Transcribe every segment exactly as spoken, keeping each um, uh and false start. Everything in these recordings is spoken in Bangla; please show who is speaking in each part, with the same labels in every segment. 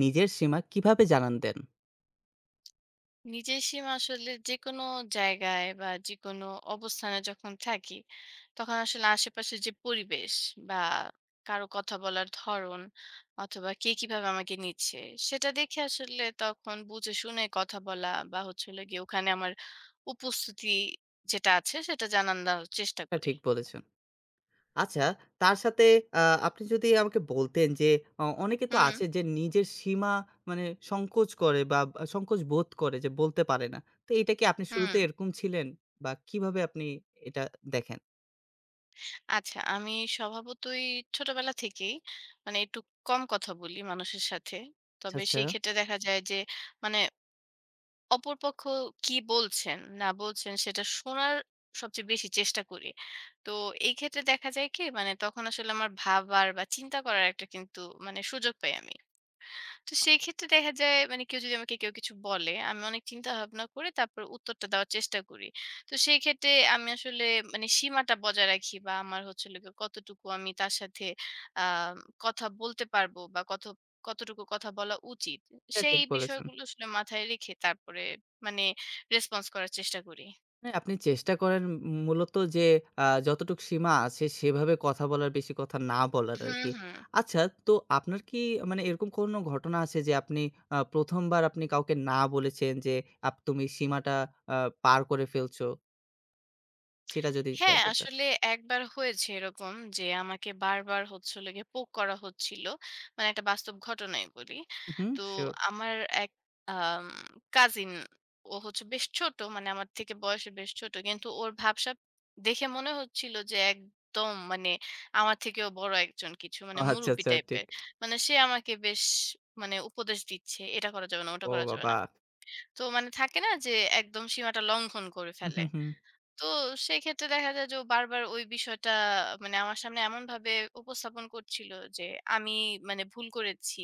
Speaker 1: নিজের সীমা কিভাবে জানান দেন?
Speaker 2: নিজের সীমা আসলে যেকোনো জায়গায় বা যেকোনো অবস্থানে যখন থাকি তখন আসলে আশেপাশে যে পরিবেশ বা কারো কথা বলার ধরন অথবা কে কিভাবে আমাকে নিচ্ছে সেটা দেখে আসলে তখন বুঝে শুনে কথা বলা বা হচ্ছে হলো গিয়ে ওখানে আমার উপস্থিতি যেটা আছে সেটা জানানোর চেষ্টা
Speaker 1: এটা
Speaker 2: করি।
Speaker 1: ঠিক বলেছেন। আচ্ছা, তার সাথে আ আপনি যদি আমাকে বলতেন যে অ অনেকে তো
Speaker 2: হুম,
Speaker 1: আছে যে নিজের সীমা মানে সংকোচ করে বা বা সংকোচ বোধ করে যে বলতে পারে না। তো এটা কি আপনি
Speaker 2: হুম।
Speaker 1: শুরুতে এরকম ছিলেন? বা কিভাবে আপনি এটা দেখেন?
Speaker 2: আচ্ছা, আমি স্বভাবতই ছোটবেলা থেকেই মানে একটু কম কথা বলি মানুষের সাথে।
Speaker 1: আচ্ছা,
Speaker 2: তবে
Speaker 1: আচ্ছা।
Speaker 2: সেই ক্ষেত্রে দেখা যায় যে মানে অপরপক্ষ কি বলছেন, না বলছেন সেটা শোনার সবচেয়ে বেশি চেষ্টা করি। তো এই ক্ষেত্রে দেখা যায় কি মানে তখন আসলে আমার ভাবার বা চিন্তা করার একটা কিন্তু মানে সুযোগ পাই আমি। তো সেই ক্ষেত্রে দেখা যায় মানে কেউ যদি আমাকে কেউ কিছু বলে আমি অনেক চিন্তা ভাবনা করে তারপর উত্তরটা দেওয়ার চেষ্টা করি। তো সেই ক্ষেত্রে আমি আসলে মানে সীমাটা বজায় রাখি বা আমার হচ্ছে হলো গিয়ে কতটুকু আমি তার সাথে আহ কথা বলতে পারবো বা কত কতটুকু কথা বলা উচিত
Speaker 1: এটা
Speaker 2: সেই
Speaker 1: ঠিক বলেছেন।
Speaker 2: বিষয়গুলো আসলে মাথায় রেখে তারপরে মানে রেসপন্স করার চেষ্টা করি।
Speaker 1: হ্যাঁ, আপনি চেষ্টা করেন উম মূলত যে আ যতটুকু সীমা আছে সেভাবে কথা বলার, বেশি কথা না বলার
Speaker 2: হুম,
Speaker 1: আরকি।
Speaker 2: হুম।
Speaker 1: আচ্ছা তো আপনার কি মানে এরকম কোনো ঘটনা আছে যে আপনি আ প্রথম বার আপনি কাউকে না বলেছেন যে আপ তুমি সীমাটা আ পার করে ফেলছো? সেটা যদি
Speaker 2: হ্যাঁ,
Speaker 1: শেয়ার করতেন।
Speaker 2: আসলে একবার হয়েছে এরকম যে আমাকে বারবার হচ্ছে হলো গিয়ে পোক করা হচ্ছিল। মানে একটা বাস্তব ঘটনাই বলি।
Speaker 1: হুম,
Speaker 2: তো
Speaker 1: শিওর।
Speaker 2: আমার এক আম কাজিন, ও হচ্ছে বেশ ছোট, মানে আমার থেকে বয়সে বেশ ছোট। কিন্তু ওর ভাবসাব দেখে মনে হচ্ছিল যে একদম মানে আমার থেকেও বড় একজন কিছু
Speaker 1: ও
Speaker 2: মানে
Speaker 1: আচ্ছা,
Speaker 2: মুরুব্বি
Speaker 1: আচ্ছা ঠিক।
Speaker 2: টাইপের। মানে সে আমাকে বেশ মানে উপদেশ দিচ্ছে। এটা করা যাবে না, ওটা
Speaker 1: ও
Speaker 2: করা যাবে না।
Speaker 1: বাবা!
Speaker 2: তো মানে থাকে না যে একদম সীমাটা লঙ্ঘন করে
Speaker 1: হু,
Speaker 2: ফেলে।
Speaker 1: হু, হু।
Speaker 2: তো সেক্ষেত্রে দেখা যায় যে ও বারবার ওই বিষয়টা মানে আমার সামনে এমন ভাবে উপস্থাপন করছিল যে আমি মানে ভুল করেছি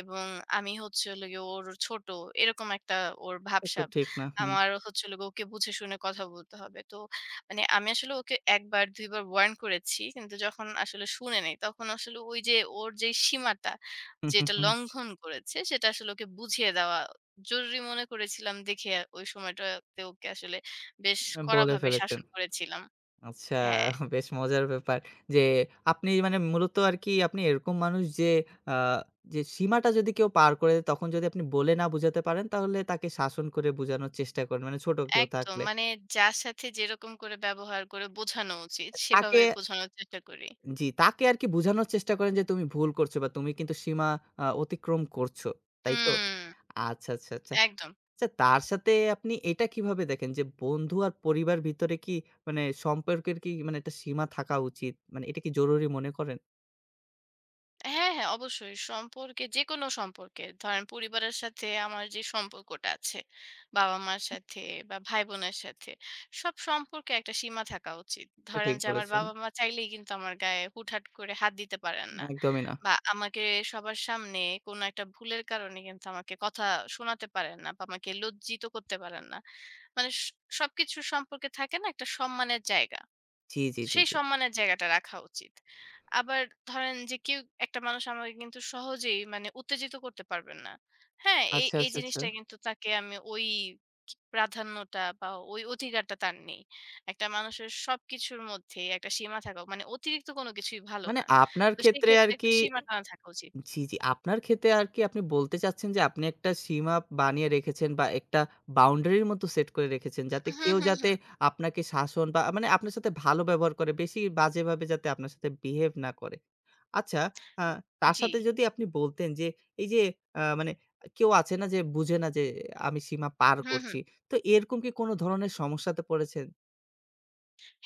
Speaker 2: এবং আমি হচ্ছে হলো গিয়ে ওর ছোট, এরকম একটা ওর
Speaker 1: এটা তো
Speaker 2: ভাবসাব,
Speaker 1: ঠিক না। হুম,
Speaker 2: আমার হচ্ছে হলো গিয়ে ওকে বুঝে শুনে কথা বলতে হবে। তো মানে আমি আসলে ওকে একবার দুইবার ওয়ার্ন করেছি কিন্তু যখন আসলে শুনে নেই তখন আসলে ওই যে ওর যে সীমাটা
Speaker 1: হু, হু,
Speaker 2: যেটা
Speaker 1: হু।
Speaker 2: লঙ্ঘন করেছে সেটা আসলে ওকে বুঝিয়ে দেওয়া জরুরি মনে করেছিলাম দেখে ওই সময়টাতে ওকে আসলে বেশ
Speaker 1: বলে
Speaker 2: কড়াভাবে
Speaker 1: ফেলেছেন।
Speaker 2: শাসন করেছিলাম।
Speaker 1: আচ্ছা
Speaker 2: হ্যাঁ,
Speaker 1: বেশ মজার ব্যাপার। যে আপনি মানে মূলত আরকি আপনি এরকম মানুষ যে আ যে সীমাটা যদি কেউ পার করে দেয় তখন যদি আপনি বলে না বুঝাতে পারেন তাহলে তাকে শাসন করে বুঝানোর চেষ্টা করেন। মানে ছোট কেউ
Speaker 2: একদম।
Speaker 1: থাকলে।
Speaker 2: মানে যার সাথে যেরকম করে ব্যবহার করে বোঝানো উচিত,
Speaker 1: তাকে
Speaker 2: সেভাবে বোঝানোর চেষ্টা করি।
Speaker 1: জি, তাকে আরকি বুঝানোর চেষ্টা করেন যে তুমি ভুল করছো বা তুমি কিন্তু সীমা আ অতিক্রম করছো। তাই তো?
Speaker 2: হুম,
Speaker 1: আচ্ছা, আচ্ছা, আচ্ছা।
Speaker 2: একদম।
Speaker 1: আচ্ছা তার সাথে আপনি এটা কিভাবে দেখেন যে বন্ধু আর পরিবার ভিতরে কি মানে সম্পর্কের কি মানে একটা সীমা থাকা উচিত? মানে এটা কি জরুরি মনে করেন?
Speaker 2: হ্যাঁ, হ্যাঁ, অবশ্যই। সম্পর্কে, যেকোনো সম্পর্কে, ধরেন পরিবারের সাথে আমার যে সম্পর্কটা আছে, বাবা-মার সাথে বা ভাই-বোনের সাথে, সব সম্পর্কে একটা সীমা থাকা উচিত।
Speaker 1: এটা
Speaker 2: ধরেন
Speaker 1: ঠিক
Speaker 2: যে আমার
Speaker 1: বলেছেন।
Speaker 2: বাবা-মা চাইলেই কিন্তু আমার গায়ে হুটহাট করে হাত দিতে পারেন না।
Speaker 1: একদমই না।
Speaker 2: বা আমাকে সবার সামনে কোনো একটা ভুলের কারণে কিন্তু আমাকে কথা শোনাতে পারেন না বা আমাকে লজ্জিত করতে পারেন না। মানে স সবকিছু সম্পর্কে থাকে না একটা সম্মানের জায়গা।
Speaker 1: জি, জি, জি,
Speaker 2: সেই
Speaker 1: জি।
Speaker 2: সম্মানের জায়গাটা রাখা উচিত। আবার ধরেন যে কেউ, একটা মানুষ আমাকে কিন্তু সহজেই মানে উত্তেজিত করতে পারবেন না। হ্যাঁ? এই,
Speaker 1: আচ্ছা,
Speaker 2: এই
Speaker 1: আচ্ছা, আচ্ছা।
Speaker 2: জিনিসটা কিন্তু তাকে আমি ওই কি প্রাধান্যটা বা ওই অধিকারটা তার নেই। একটা মানুষের সবকিছুর মধ্যেই একটা সীমা থাকা, মানে অতিরিক্ত কোনো কিছুই ভালো
Speaker 1: মানে
Speaker 2: না।
Speaker 1: আপনার
Speaker 2: তো সেই
Speaker 1: ক্ষেত্রে
Speaker 2: ক্ষেত্রে একটা
Speaker 1: আরকি
Speaker 2: সীমা টানা থাকা উচিত।
Speaker 1: জি, জি। আপনার ক্ষেত্রে আরকি আপনি বলতে চাচ্ছেন যে আপনি একটা সীমা বানিয়ে রেখেছেন বা একটা বাউন্ডারির মতো সেট করে রেখেছেন যাতে
Speaker 2: হুম,
Speaker 1: কেউ
Speaker 2: হুম,
Speaker 1: যাতে
Speaker 2: হুম।
Speaker 1: আপনাকে শাসন বা মানে আপনার সাথে ভালো ব্যবহার করে, বেশি বাজেভাবে যাতে আপনার সাথে বিহেভ না করে। আচ্ছা আ তার
Speaker 2: জি।
Speaker 1: সাথে যদি আপনি বলতেন যে এই যে আ মানে কেউ আছে না যে বুঝে না যে আমি সীমা পার
Speaker 2: হুম, হুম।
Speaker 1: করছি। তো এরকম কি কোন ধরনের সমস্যাতে পড়েছেন?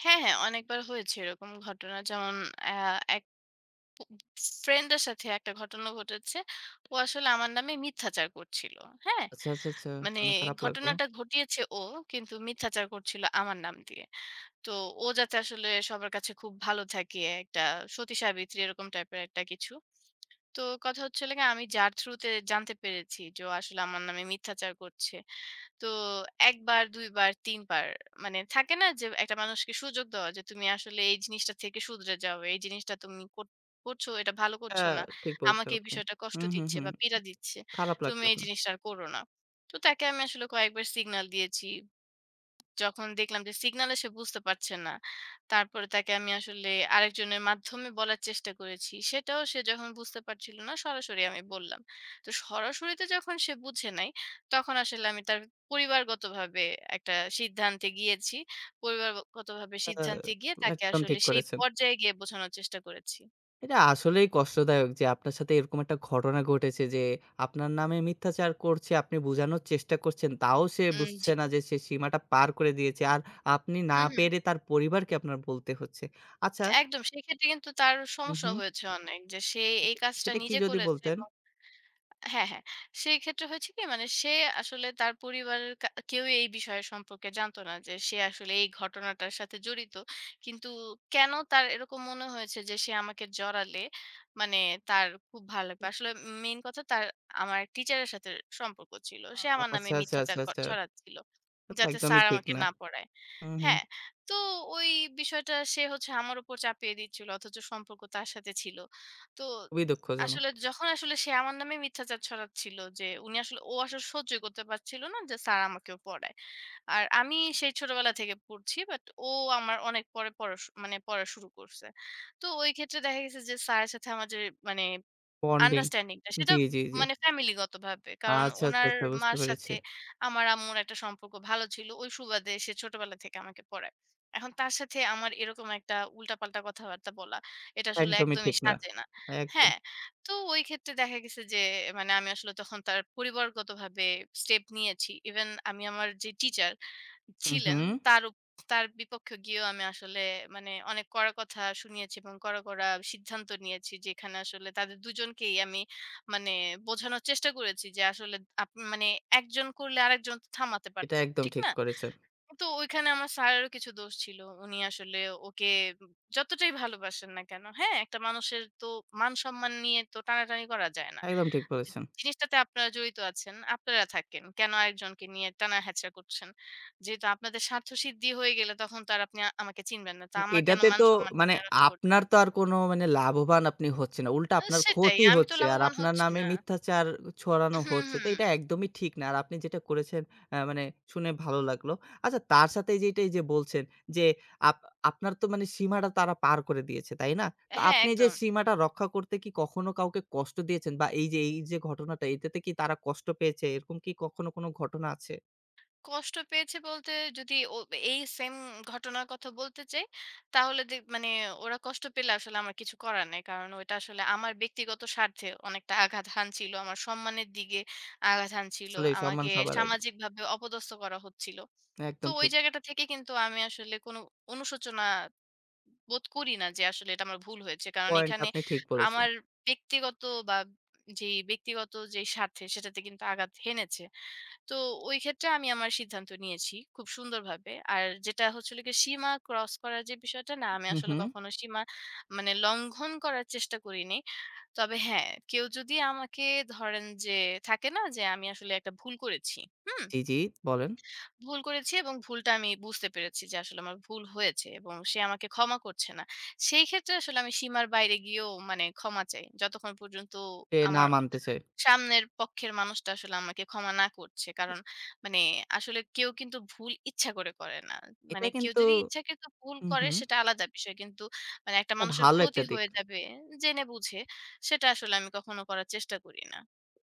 Speaker 2: হ্যাঁ, হ্যাঁ, অনেকবার হয়েছে এরকম ঘটনা। যেমন অ্যা ফ্রেন্ডের সাথে একটা ঘটনা ঘটেছে। ও আসলে আমার নামে মিথ্যাচার করছিল। হ্যাঁ?
Speaker 1: আচ্ছা, আচ্ছা, আচ্ছা।
Speaker 2: মানে
Speaker 1: শুনে খারাপ লাগলো।
Speaker 2: ঘটনাটা ঘটিয়েছে ও, কিন্তু মিথ্যাচার করছিল আমার নাম দিয়ে। তো ও যাতে আসলে সবার কাছে খুব ভালো থাকে, একটা সতী সাবিত্রী এরকম টাইপের একটা কিছু। তো কথা হচ্ছিল গিয়ে আমি যার থ্রুতে জানতে পেরেছি যে ও আসলে আমার নামে মিথ্যাচার করছে, তো এক বার, দুই বার, তিন বার, মানে থাকে না যে একটা মানুষকে সুযোগ দেওয়া যে তুমি আসলে এই জিনিসটা থেকে শুধরে যাও। এই জিনিসটা তুমি কর করছো, এটা ভালো
Speaker 1: এটা
Speaker 2: করছো না।
Speaker 1: ঠিক বলছেন
Speaker 2: আমাকে এই
Speaker 1: আপনি।
Speaker 2: বিষয়টা কষ্ট
Speaker 1: হুম, হুম,
Speaker 2: দিচ্ছে
Speaker 1: হুম।
Speaker 2: বা পীড়া দিচ্ছে।
Speaker 1: খারাপ
Speaker 2: তুমি
Speaker 1: লাগছে
Speaker 2: এই
Speaker 1: আপনার।
Speaker 2: জিনিসটা আর করো না। তো তাকে আমি আসলে কয়েকবার সিগন্যাল দিয়েছি। যখন দেখলাম যে সিগন্যালে সে বুঝতে পারছে না, তারপরে তাকে আমি আসলে আরেকজনের মাধ্যমে বলার চেষ্টা করেছি। সেটাও সে যখন বুঝতে পারছিল না, সরাসরি আমি বললাম। তো সরাসরিতে যখন সে বুঝে নাই, তখন আসলে আমি তার পরিবারগতভাবে একটা সিদ্ধান্তে গিয়েছি। পরিবারগতভাবে
Speaker 1: আ
Speaker 2: সিদ্ধান্তে গিয়ে তাকে
Speaker 1: একদম
Speaker 2: আসলে
Speaker 1: ঠিক
Speaker 2: সেই
Speaker 1: করেছেন।
Speaker 2: পর্যায়ে গিয়ে বোঝানোর চেষ্টা করেছি।
Speaker 1: এটা আসলেই কষ্টদায়ক যে আপনার সাথে এরকম একটা ঘটনা ঘটেছে যে আপনার নামে মিথ্যাচার করছে, আপনি বুঝানোর চেষ্টা করছেন। তাও সে
Speaker 2: উম, জি।
Speaker 1: বুঝছে না যে সে সীমাটা পার করে দিয়েছে। আর আপনি না
Speaker 2: হুম, হুম।
Speaker 1: পেরে তার পরিবারকে আপনার বলতে হচ্ছে। আচ্ছা
Speaker 2: একদম। সেক্ষেত্রে কিন্তু তার
Speaker 1: হুম,
Speaker 2: সমস্যা
Speaker 1: হুম।
Speaker 2: হয়েছে অনেক। যে সে এই কাজটা
Speaker 1: সেটা কি
Speaker 2: নিজে
Speaker 1: যদি
Speaker 2: করেছে
Speaker 1: বলতেন?
Speaker 2: এবং হ্যাঁ, হ্যাঁ। সেই ক্ষেত্রে হয়েছে কি, মানে সে আসলে তার পরিবারের কা কেউই এই বিষয় সম্পর্কে জানতো না যে সে আসলে এই ঘটনাটার সাথে জড়িত। কিন্তু কেন তার এরকম মনে হয়েছে যে সে আমাকে জড়ালে মানে তার খুব ভালো লাগবে। আসলে মেইন কথা, তার আমার এক টিচারের সাথে সম্পর্ক ছিল। সে আমার নামে
Speaker 1: আচ্ছা, আচ্ছা,
Speaker 2: মিথ্যাচার
Speaker 1: আচ্ছা,
Speaker 2: ক
Speaker 1: আচ্ছা।
Speaker 2: ছড়াচ্ছিল।
Speaker 1: এটা তো
Speaker 2: যাতে
Speaker 1: একদমই
Speaker 2: স্যার
Speaker 1: ঠিক
Speaker 2: আমাকে
Speaker 1: না।
Speaker 2: না পড়ায়।
Speaker 1: হুম, হুম।
Speaker 2: হ্যাঁ, তো ওই বিষয়টা সে হচ্ছে আমার উপর চাপিয়ে দিচ্ছিল। অথচ সম্পর্ক তার সাথে ছিল। তো
Speaker 1: খুবই দুঃখজনক।
Speaker 2: আসলে যখন আসলে সে আমার নামে মিথ্যাচার ছড়াচ্ছিল যে উনি আসলে ও আসলে সহ্যই করতে পারছিল না যে স্যার আমাকেও পড়ায়। আর আমি সেই ছোটবেলা থেকে পড়ছি, বাট ও আমার অনেক পরে পড়া শু মানে পড়া শুরু করছে। তো ওই ক্ষেত্রে দেখা গেছে যে স্যারের সাথে আমার যে মানে
Speaker 1: বন্ডিং।
Speaker 2: আন্ডারস্ট্যান্ডিং টা, সেটা
Speaker 1: জি, জি, জি।
Speaker 2: মানে ফ্যামিলিগতভাবে। কারণ
Speaker 1: আচ্ছা, আচ্ছা,
Speaker 2: উনার
Speaker 1: আচ্ছা বুঝতে
Speaker 2: মার সাথে
Speaker 1: পেরেছি।
Speaker 2: আমার আম্মুর একটা সম্পর্ক ভালো ছিল। ওই সুবাদে সে ছোটবেলা থেকে আমাকে পড়ায়। এখন তার সাথে আমার এরকম একটা উল্টাপাল্টা কথাবার্তা বলা, এটা আসলে
Speaker 1: একদমই
Speaker 2: একদমই
Speaker 1: ঠিক না।
Speaker 2: সাজে না।
Speaker 1: একদম।
Speaker 2: হ্যাঁ? তো ওই ক্ষেত্রে দেখা গেছে যে মানে আমি আসলে তখন তার পরিবারগতভাবে স্টেপ নিয়েছি। ইভেন আমি আমার যে টিচার
Speaker 1: হু, হু।
Speaker 2: ছিলেন, তার উপ তার বিপক্ষে গিয়েও আমি আসলে মানে অনেক কড়া কথা শুনিয়েছি এবং কড়া, কড়া সিদ্ধান্ত নিয়েছি। যেখানে আসলে তাদের দুজনকেই আমি মানে বোঝানোর চেষ্টা করেছি যে আসলে আপ মানে একজন করলে আরেকজন তো থামাতে
Speaker 1: এটা
Speaker 2: পারত।
Speaker 1: একদম
Speaker 2: ঠিক
Speaker 1: ঠিক
Speaker 2: না?
Speaker 1: করেছেন।
Speaker 2: কিন্তু ওইখানে আমার স্যারেরও কিছু দোষ ছিল। উনি আসলে ওকে যতটাই ভালোবাসেন না কেন, হ্যাঁ? একটা মানুষের তো মান সম্মান নিয়ে তো টানাটানি করা যায় না।
Speaker 1: একদম ঠিক
Speaker 2: জি,
Speaker 1: বলেছেন।
Speaker 2: জিনিসটাতে আপনারা জড়িত আছেন, আপনারা থাকেন। কেন আরেকজনকে নিয়ে টানা হ্যাচড়া করছেন? যেহেতু আপনাদের স্বার্থসিদ্ধি হয়ে গেলে তখন তো আর আপনি আ আমাকে চিনবেন না। তো আমার কেন
Speaker 1: এটাতে তো
Speaker 2: মান-সম্মানটা
Speaker 1: মানে
Speaker 2: আপনি নষ্ট
Speaker 1: আপনার
Speaker 2: করছেন?
Speaker 1: তো আর কোনো মানে লাভবান আপনি হচ্ছেন না। উল্টা
Speaker 2: আ
Speaker 1: আপনার
Speaker 2: সেটাই,
Speaker 1: ক্ষতি
Speaker 2: আমি তো
Speaker 1: হচ্ছে। আর
Speaker 2: লাভবান
Speaker 1: আপনার
Speaker 2: হচ্ছি
Speaker 1: নামে
Speaker 2: না।
Speaker 1: মিথ্যাচার ছড়ানো
Speaker 2: হুম,
Speaker 1: হচ্ছে। তো এটা
Speaker 2: হুম।
Speaker 1: একদমই ঠিক না। আর আপনি যেটা করেছেন আ মানে শুনে ভালো লাগলো। আচ্ছা তার সাথে এই যে এটা এই যে বলছেন যে আপ আপনার তো মানে সীমাটা তারা পার করে দিয়েছে, তাই না? তো
Speaker 2: হ্যাঁ,
Speaker 1: আপনি যে
Speaker 2: একদম।
Speaker 1: সীমাটা রক্ষা করতে কি কখনো কাউকে কষ্ট দিয়েছেন? বা এই যে এই যে ঘটনাটা এটাতে কি তারা কষ্ট পেয়েছে? এরকম কি কখনো কোনো ঘটনা আছে?
Speaker 2: কষ্ট পেয়েছে বলতে, যদি ও এই সেম ঘটনার কথা বলতে চাই, তাহলে দে মানে ওরা কষ্ট পেলে আসলে আমার কিছু করার নাই। কারণ ওইটা আসলে আমার ব্যক্তিগত স্বার্থে অনেকটা আঘাত হানছিল। আমার সম্মানের দিকে আঘাত হানছিল।
Speaker 1: আসলেই সম্মান
Speaker 2: আমাকে
Speaker 1: সবার আগে।
Speaker 2: সামাজিকভাবে অপদস্থ করা হচ্ছিল। তো
Speaker 1: একদম
Speaker 2: ওই
Speaker 1: ঠিক।
Speaker 2: জায়গাটা থেকে কিন্তু আমি আসলে কোনো অনুশোচনা বোধ করি না যে আসলে এটা আমার ভুল হয়েছে। কারণ
Speaker 1: পয়েন্ট
Speaker 2: এখানে
Speaker 1: আপনি ঠিক বলেছেন।
Speaker 2: আমার ব্যক্তিগত বা যেই ব্যক্তিগত যেই স্বার্থে, সেটাতে কিন্তু আঘাত হেনেছে। তো ওই ক্ষেত্রে আমি আমার সিদ্ধান্ত নিয়েছি খুব সুন্দরভাবে। আর যেটা হচ্ছে হলো গিয়ে সীমা ক্রস করার যে বিষয়টা, না, আমি
Speaker 1: হু,
Speaker 2: আসলে
Speaker 1: হু।
Speaker 2: কখনো সীমা মানে লঙ্ঘন করার চেষ্টা করিনি। তবে হ্যাঁ, কেউ যদি আমাকে ধরেন যে থাকে না যে আমি আসলে একটা ভুল করেছি, হুম?
Speaker 1: জি, জি বলেন।
Speaker 2: ভুল করেছি এবং ভুলটা আমি বুঝতে পেরেছি যে আসলে আমার ভুল হয়েছে এবং সে আমাকে ক্ষমা করছে না। সেই ক্ষেত্রে আসলে আমি সীমার বাইরে গিয়েও মানে ক্ষমা চাই। যতক্ষণ পর্যন্ত
Speaker 1: যে না
Speaker 2: আমার
Speaker 1: মানতে চায়।
Speaker 2: সামনের পক্ষের মানুষটা আসলে আমাকে ক্ষমা না করছে। কারণ মানে আসলে কেউ কিন্তু ভুল ইচ্ছা করে করে না।
Speaker 1: এটা
Speaker 2: মানে কেউ
Speaker 1: কিন্তু
Speaker 2: যদি ইচ্ছাকৃত ভুল
Speaker 1: হুম,
Speaker 2: করে
Speaker 1: হুম।
Speaker 2: সেটা আলাদা বিষয়। কিন্তু মানে একটা
Speaker 1: এটা
Speaker 2: মানুষের
Speaker 1: ভালো
Speaker 2: ক্ষতি
Speaker 1: একটা দিক।
Speaker 2: হয়ে যাবে জেনে বুঝে, সেটা আসলে আমি কখনো করার চেষ্টা করি না।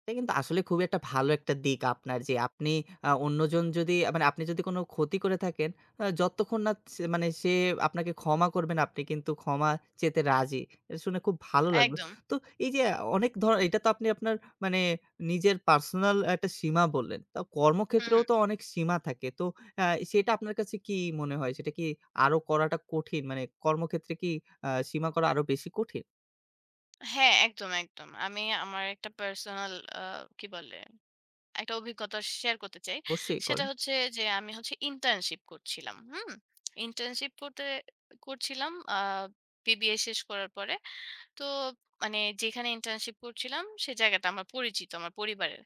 Speaker 1: এটা কিন্তু আসলে খুবই একটা ভালো একটা দিক আপনার যে আপনি আ অন্যজন যদি আ মানে আপনি যদি কোনো ক্ষতি করে থাকেন, আ যতক্ষণ না সে মানে সে আপনাকে ক্ষমা করবে না, আপনি কিন্তু ক্ষমা চেতে রাজি। এটা শুনে খুব ভালো লাগলো।
Speaker 2: একদম।
Speaker 1: তো এই যে অনেক ধর এটা তো আপনি আপনার মানে নিজের পার্সোনাল একটা সীমা বললেন। তো
Speaker 2: হুম,
Speaker 1: কর্মক্ষেত্রেও
Speaker 2: হুম।
Speaker 1: তো অনেক সীমা থাকে। তো আ সেটা আপনার কাছে কি মনে হয়? সেটা কি আরো করাটা কঠিন? মানে কর্মক্ষেত্রে কি আ সীমা করা আরো বেশি কঠিন?
Speaker 2: হ্যাঁ, একদম, একদম। আমি আমার একটা পার্সোনাল আ কি বলে? একটা অভিজ্ঞতা শেয়ার করতে চাই।
Speaker 1: অবশ্যই
Speaker 2: সেটা
Speaker 1: করেন।
Speaker 2: হচ্ছে যে আমি হচ্ছে ইন্টার্নশিপ করছিলাম। হুম? ইন্টার্নশিপ করতে করছিলাম আ বিবিএ শেষ করার পরে। তো মানে যেখানে ইন্টার্নশিপ করছিলাম সে জায়গাটা আমার পরিচিত, আমার পরিবারের।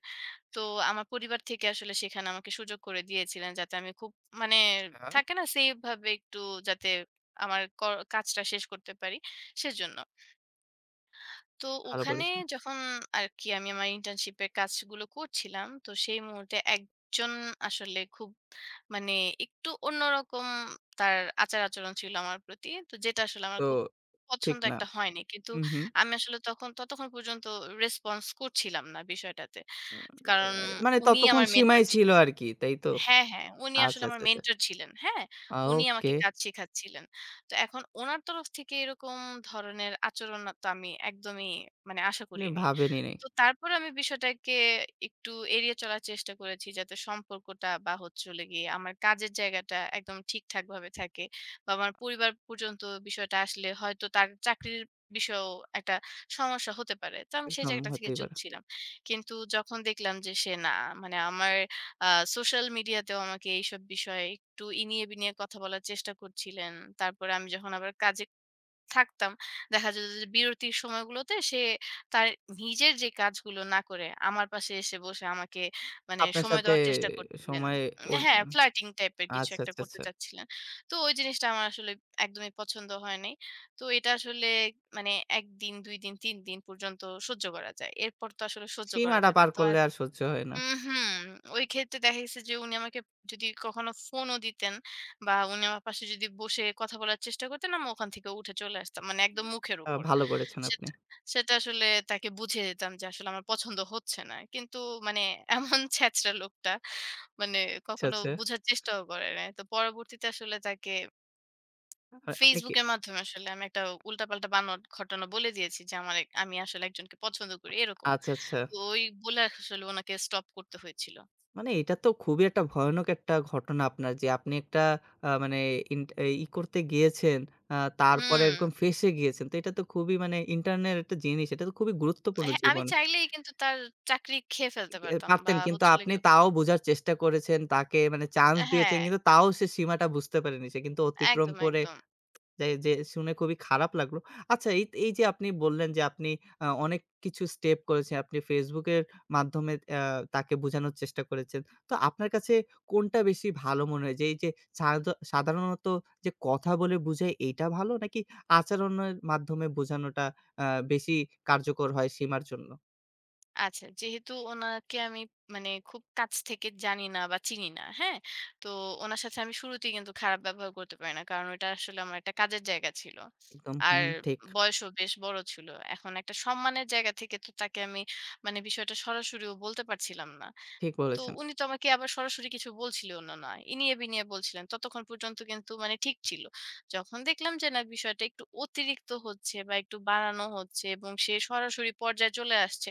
Speaker 2: তো আমার পরিবার থেকে আসলে সেখানে আমাকে সুযোগ করে দিয়েছিলেন যাতে আমি খুব মানে
Speaker 1: আচ্ছা।
Speaker 2: থাকে না সেফ ভাবে একটু, যাতে আমার কর কাজটা শেষ করতে পারি সেজন্য। তো
Speaker 1: ভালো
Speaker 2: ওখানে
Speaker 1: বলেছেন।
Speaker 2: যখন আর কি আমি আমার ইন্টার্নশিপের কাজগুলো করছিলাম, তো সেই মুহূর্তে একজন আসলে খুব মানে একটু অন্যরকম তার আচার-আচরণ ছিল আমার প্রতি। তো যেটা আসলে আমার
Speaker 1: তো
Speaker 2: খুব
Speaker 1: ঠিক
Speaker 2: পছন্দ
Speaker 1: না।
Speaker 2: একটা হয়নি। কিন্তু
Speaker 1: হুম, হুম।
Speaker 2: আমি আসলে তখন ততক্ষণ পর্যন্ত রেসপন্স করছিলাম না বিষয়টাতে।
Speaker 1: আ
Speaker 2: কারণ
Speaker 1: এ মানে
Speaker 2: উনি
Speaker 1: ততক্ষণ
Speaker 2: আমার
Speaker 1: সীমাই
Speaker 2: মেন্টর
Speaker 1: ছিল
Speaker 2: ছিলেন।
Speaker 1: আরকি, তাই তো?
Speaker 2: হ্যাঁ, হ্যাঁ। উনি আসলে
Speaker 1: আচ্ছা,
Speaker 2: আমার
Speaker 1: আচ্ছা, আচ্ছা।
Speaker 2: মেন্টর ছিলেন। হ্যাঁ?
Speaker 1: আ
Speaker 2: উনি আমাকে
Speaker 1: ওকে।
Speaker 2: কাজ শিখাচ্ছিলেন। তো এখন উনার তরফ থেকে এরকম ধরনের আচরণ তো আমি একদমই মানে আশা
Speaker 1: মানে
Speaker 2: করিনি।
Speaker 1: ভাবেনি নাই।
Speaker 2: তো তারপরে আমি বিষয়টাকে একটু এড়িয়ে চলার চেষ্টা করেছি যাতে সম্পর্কটা বা হচ্ছে হলো গিয়ে আমার কাজের জায়গাটা একদম ঠিকঠাকভাবে থাকে। বা আমার পরিবার পর্যন্ত বিষয়টা আসলে, হয়তো তার চাকরির বিষয়েও একটা সমস্যা হতে পারে। তো আমি সেই
Speaker 1: একদম
Speaker 2: জায়গাটা থেকে
Speaker 1: হতেই
Speaker 2: চুপ
Speaker 1: পারে।
Speaker 2: ছিলাম। কিন্তু যখন দেখলাম যে সে না, মানে আমার আ সোশ্যাল মিডিয়াতেও আমাকে এইসব বিষয়ে একটু ইনিয়ে বিনিয়ে কথা বলার চেষ্টা করছিলেন। তারপরে আমি যখন আবার কাজে থাকতাম, দেখা যেত যে বিরতির সময়গুলোতে সে তার নিজের যে কাজগুলো না করে আমার পাশে এসে বসে আমাকে মানে
Speaker 1: আপনার
Speaker 2: সময়
Speaker 1: সাথে
Speaker 2: দেওয়ার চেষ্টা করছিলেন।
Speaker 1: সময়
Speaker 2: উম,
Speaker 1: উল
Speaker 2: হ্যাঁ, ফ্লার্টিং টাইপের কিছু
Speaker 1: আচ্ছা,
Speaker 2: একটা
Speaker 1: আচ্ছা,
Speaker 2: করতে
Speaker 1: আচ্ছা।
Speaker 2: চাচ্ছিলেন। তো ওই জিনিসটা আমার আসলে একদমই পছন্দ হয় নাই। তো এটা আসলে মানে এক দিন, দুই দিন, তিন দিন পর্যন্ত সহ্য করা যায়। এরপর তো আসলে সহ্য করা
Speaker 1: সীমাটা
Speaker 2: যায় না।
Speaker 1: পার
Speaker 2: তো আর
Speaker 1: করলে আর সহ্য হয় না।
Speaker 2: উম, হুম। ওই ক্ষেত্রে দেখা গেছে যে উনি আমাকে যদি কখনো ফোনও দিতেন বা উনি আমার পাশে যদি বসে কথা বলার চেষ্টা করতেন, আমি ওখান থেকে উঠে চলে আসতাম। মানে একদম মুখের
Speaker 1: আ
Speaker 2: উপর।
Speaker 1: ভালো করেছেন আপনি।
Speaker 2: সেটা সেটা আসলে তাকে বুঝিয়ে দিতাম যে আসলে আমার পছন্দ হচ্ছে না। কিন্তু মানে এমন ছ্যাচরা লোকটা মানে
Speaker 1: আচ্ছা,
Speaker 2: কখনো
Speaker 1: আচ্ছা।
Speaker 2: বুঝার চেষ্টাও করে নাই। তো পরবর্তীতে আসলে তাকে
Speaker 1: আ আপনি কি
Speaker 2: Facebook এর মাধ্যমে আসলে আমি একটা উল্টাপাল্টা বানোয়াট ঘটনা বলে দিয়েছি যে আমার এক- আমি আসলে একজনকে পছন্দ করি এরকম।
Speaker 1: আচ্ছা, আচ্ছা।
Speaker 2: তো ওই বলে আসলে ওনাকে স্টপ করতে হয়েছিল।
Speaker 1: মানে এটা তো খুবই একটা ভয়ানক একটা ঘটনা আপনার যে আপনি একটা আ মানে ইন্ট ই করতে গিয়েছেন, আ তারপরে
Speaker 2: হুম।
Speaker 1: এরকম ফেঁসে গিয়েছেন। তো এটা তো খুবই মানে ইন্টারনাল একটা জিনিস। এটা তো খুবই গুরুত্বপূর্ণ
Speaker 2: হ্যাঁ, আমি
Speaker 1: জীবনে।
Speaker 2: চাইলেই কিন্তু তার চাকরি খেয়ে ফেলতে
Speaker 1: এ
Speaker 2: পারতাম বা
Speaker 1: পারতেন কিন্তু
Speaker 2: হচ্ছে হলো
Speaker 1: আপনি
Speaker 2: গিয়ে,
Speaker 1: তাও বোঝার চেষ্টা করেছেন। তাকে মানে চান্স
Speaker 2: হ্যাঁ,
Speaker 1: দিয়েছেন কিন্তু তাও সে সীমাটা বুঝতে পারেনি। সে কিন্তু অতিক্রম
Speaker 2: একদম,
Speaker 1: করে
Speaker 2: একদম।
Speaker 1: যে যে শুনে খুবই খারাপ লাগলো। আচ্ছা এই এই যে আপনি বললেন যে আপনি আ অনেক কিছু স্টেপ করেছেন। আপনি Facebook এর মাধ্যমে আ তাকে বোঝানোর চেষ্টা করেছেন। তো আপনার কাছে কোনটা বেশি ভালো মনে হয় যে এই যে সাধা সাধারণত যে কথা বলে বুঝায় এইটা ভালো নাকি আচরণের মাধ্যমে বোঝানোটা আ বেশি কার্যকর হয় সীমার জন্য?
Speaker 2: আচ্ছা, যেহেতু উনাকে আমি মানে খুব কাছ থেকে জানি না বা চিনি না, হ্যাঁ? তো উনার সাথে আমি শুরুতেই কিন্তু খারাপ ব্যবহার করতে পারি না। কারণ ওইটা আসলে আমার একটা কাজের জায়গা ছিল।
Speaker 1: একদম
Speaker 2: আর
Speaker 1: হুম, ঠিক,
Speaker 2: বয়সও বেশ বড় ছিল। এখন একটা সম্মানের জায়গা থেকে তো তাকে আমি মানে বিষয়টা সরাসরিও বলতে পারছিলাম না।
Speaker 1: ঠিক
Speaker 2: তো
Speaker 1: বলেছেন।
Speaker 2: উনি তো আমাকে আবার সরাসরি কিছু বলছিলেও না, না। ইনিয়ে বিনিয়ে বলছিলেন। ততক্ষণ পর্যন্ত কিন্তু মানে ঠিক ছিল। যখন দেখলাম যে না, বিষয়টা একটু অতিরিক্ত হচ্ছে বা একটু বাড়ানো হচ্ছে এবং সে সরাসরি পর্যায়ে চলে আসছে,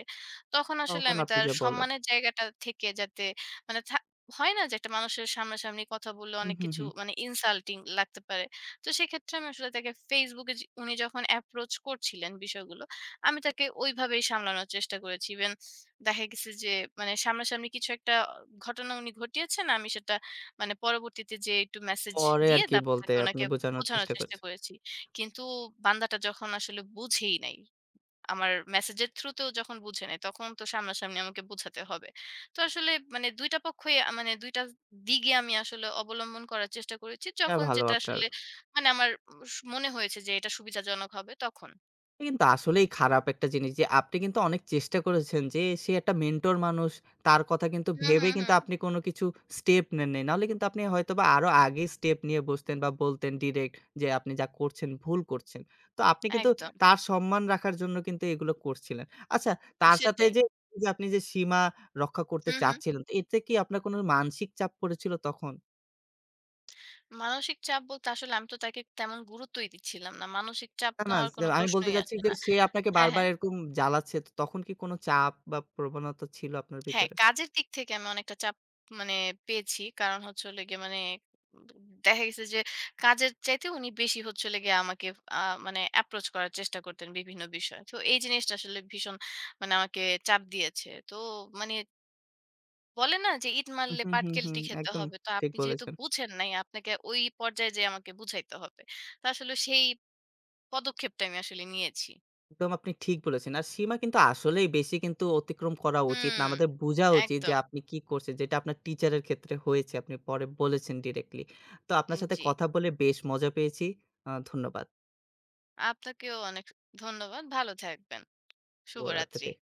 Speaker 2: তখন আসলে
Speaker 1: তখন
Speaker 2: আমি
Speaker 1: আপনি
Speaker 2: তার
Speaker 1: যে বললেন।
Speaker 2: সম্মানের জায়গাটা থেকে যাতে মানে থা হয় না যে একটা মানুষের সামনাসামনি কথা বললে
Speaker 1: হুম,
Speaker 2: অনেক
Speaker 1: হুম,
Speaker 2: কিছু
Speaker 1: হুম।
Speaker 2: মানে ইনসাল্টিং লাগতে পারে। তো সেক্ষেত্রে আমি আসলে তাকে Facebook এ, যে উনি যখন অ্যাপ্রোচ করছিলেন বিষয়গুলো, আমি তাকে ওইভাবেই সামলানোর চেষ্টা করেছি। ইভেন দেখা গেছে যে মানে সামনাসামনি কিছু একটা ঘটনা উনি ঘটিয়েছেন, আমি সেটা মানে পরবর্তীতে যেয়ে একটু মেসেজ
Speaker 1: পরে
Speaker 2: দিয়ে
Speaker 1: আরকি
Speaker 2: তারপর
Speaker 1: বলতে
Speaker 2: তাকে
Speaker 1: আপনি
Speaker 2: ওনাকে
Speaker 1: বোঝানোর
Speaker 2: বোঝানোর
Speaker 1: চেষ্টা
Speaker 2: চেষ্টা
Speaker 1: করছেন।
Speaker 2: করেছি। কিন্তু বান্দাটা যখন আসলে বুঝেই নাই, আমার মেসেজের থ্রুতেও যখন বুঝে নেয়, তখন তো সামনাসামনি আমাকে বুঝাতে হবে। তো আসলে মানে দুই টা পক্ষই আ মানে দুই টা দিকে আমি আসলে অবলম্বন করার চেষ্টা করেছি।
Speaker 1: এটা
Speaker 2: যখন
Speaker 1: ভালো
Speaker 2: যেটা
Speaker 1: আপনার।
Speaker 2: আসলে মানে আমার স মনে হয়েছে যে এটা সুবিধাজনক হবে, তখন।
Speaker 1: এটা কিন্তু আসলেই খারাপ একটা জিনিস যে আপনি কিন্তু অনেক চেষ্টা করেছেন যে সে একটা মেন্টর মানুষ। তার কথা কিন্তু
Speaker 2: হুম,
Speaker 1: ভেবে
Speaker 2: হুম,
Speaker 1: কিন্তু
Speaker 2: হুম।
Speaker 1: আপনি কোনো কিছু স্টেপ নেন নাই। নাহলে কিন্তু আপনি হয়তোবা আরো আগেই স্টেপ নিয়ে বসতেন বা বলতেন ডিরেক্ট যে আপনি যা করছেন ভুল করছেন। তো আপনি কিন্তু
Speaker 2: একদম।
Speaker 1: তার সম্মান রাখার জন্য কিন্তু এগুলো করছিলেন। আচ্ছা তার সাথে
Speaker 2: সেটাই।
Speaker 1: যে, যে আপনি যে সীমা রক্ষা করতে
Speaker 2: হুম, হুম।
Speaker 1: চাচ্ছিলেন, তো এতে কি আপনার কোনো মানসিক চাপ পড়েছিল তখন?
Speaker 2: মানসিক চাপ বলতে আসলে আমি তো তাকে তেমন গুরুত্বই দিচ্ছিলাম না। মানসিক চাপ
Speaker 1: না, না
Speaker 2: নেওয়ার
Speaker 1: সে
Speaker 2: কোনো
Speaker 1: আমি বলতে
Speaker 2: প্রশ্নই
Speaker 1: চাচ্ছি
Speaker 2: আসে
Speaker 1: যে
Speaker 2: না।
Speaker 1: সে আপনাকে
Speaker 2: হ্যাঁ,
Speaker 1: বারবার
Speaker 2: হ্যাঁ।
Speaker 1: এরকম জ্বালাচ্ছে। তো তখন কি কোনো চাপ বা প্রবণতা ছিল আপনার
Speaker 2: হ্যাঁ,
Speaker 1: ভিতরে?
Speaker 2: কাজের দিক থেকে আমি অনেকটা চাপ মানে পেয়েছি। কারণ হচ্ছে হলো গিয়ে মানে উম দেখা গেছে যে কাজের চাইতে উনি বেশি হচ্ছে হলো গিয়ে আমাকে আ মানে approach করার চেষ্টা করতেন বিভিন্ন বিষয়ে। তো এই জিনিসটা আসলে ভীষণ মানে আমাকে চাপ দিয়েছে। তো মানে বলে না যে ইট
Speaker 1: হুম,
Speaker 2: মারলে
Speaker 1: হুম, হুম, হুম।
Speaker 2: পাটকেলটি খেতে
Speaker 1: একদম
Speaker 2: হবে। তো
Speaker 1: ঠিক
Speaker 2: আপনি যেহেতু
Speaker 1: বলেছেন।
Speaker 2: বুঝেন নাই আপনাকে ওই পর্যায়ে যেয়ে আমাকে বুঝাইতে হবে। তো আসলে সেই পদক্ষেপটা আমি আসলে নিয়েছি।
Speaker 1: একদম আপনি ঠিক বলেছেন। আর সীমা কিন্তু আসলেই বেশি কিন্তু অতিক্রম করা উচিত না।
Speaker 2: হুম,
Speaker 1: আমাদের বোঝা উচিত যে
Speaker 2: একদম।
Speaker 1: আপনি কি করছেন। যেটা আপনার টিচারের ক্ষেত্রে হয়েছে। আপনি পরে বলেছেন ডিরেক্টলি। তো আপনার সাথে
Speaker 2: জি।
Speaker 1: কথা বলে বেশ মজা পেয়েছি। আ ধন্যবাদ
Speaker 2: আপনাকেও অনেক ধন্যবাদ। ভালো থাকবেন। শুভরাত্রি।
Speaker 1: শুভরাত্রি।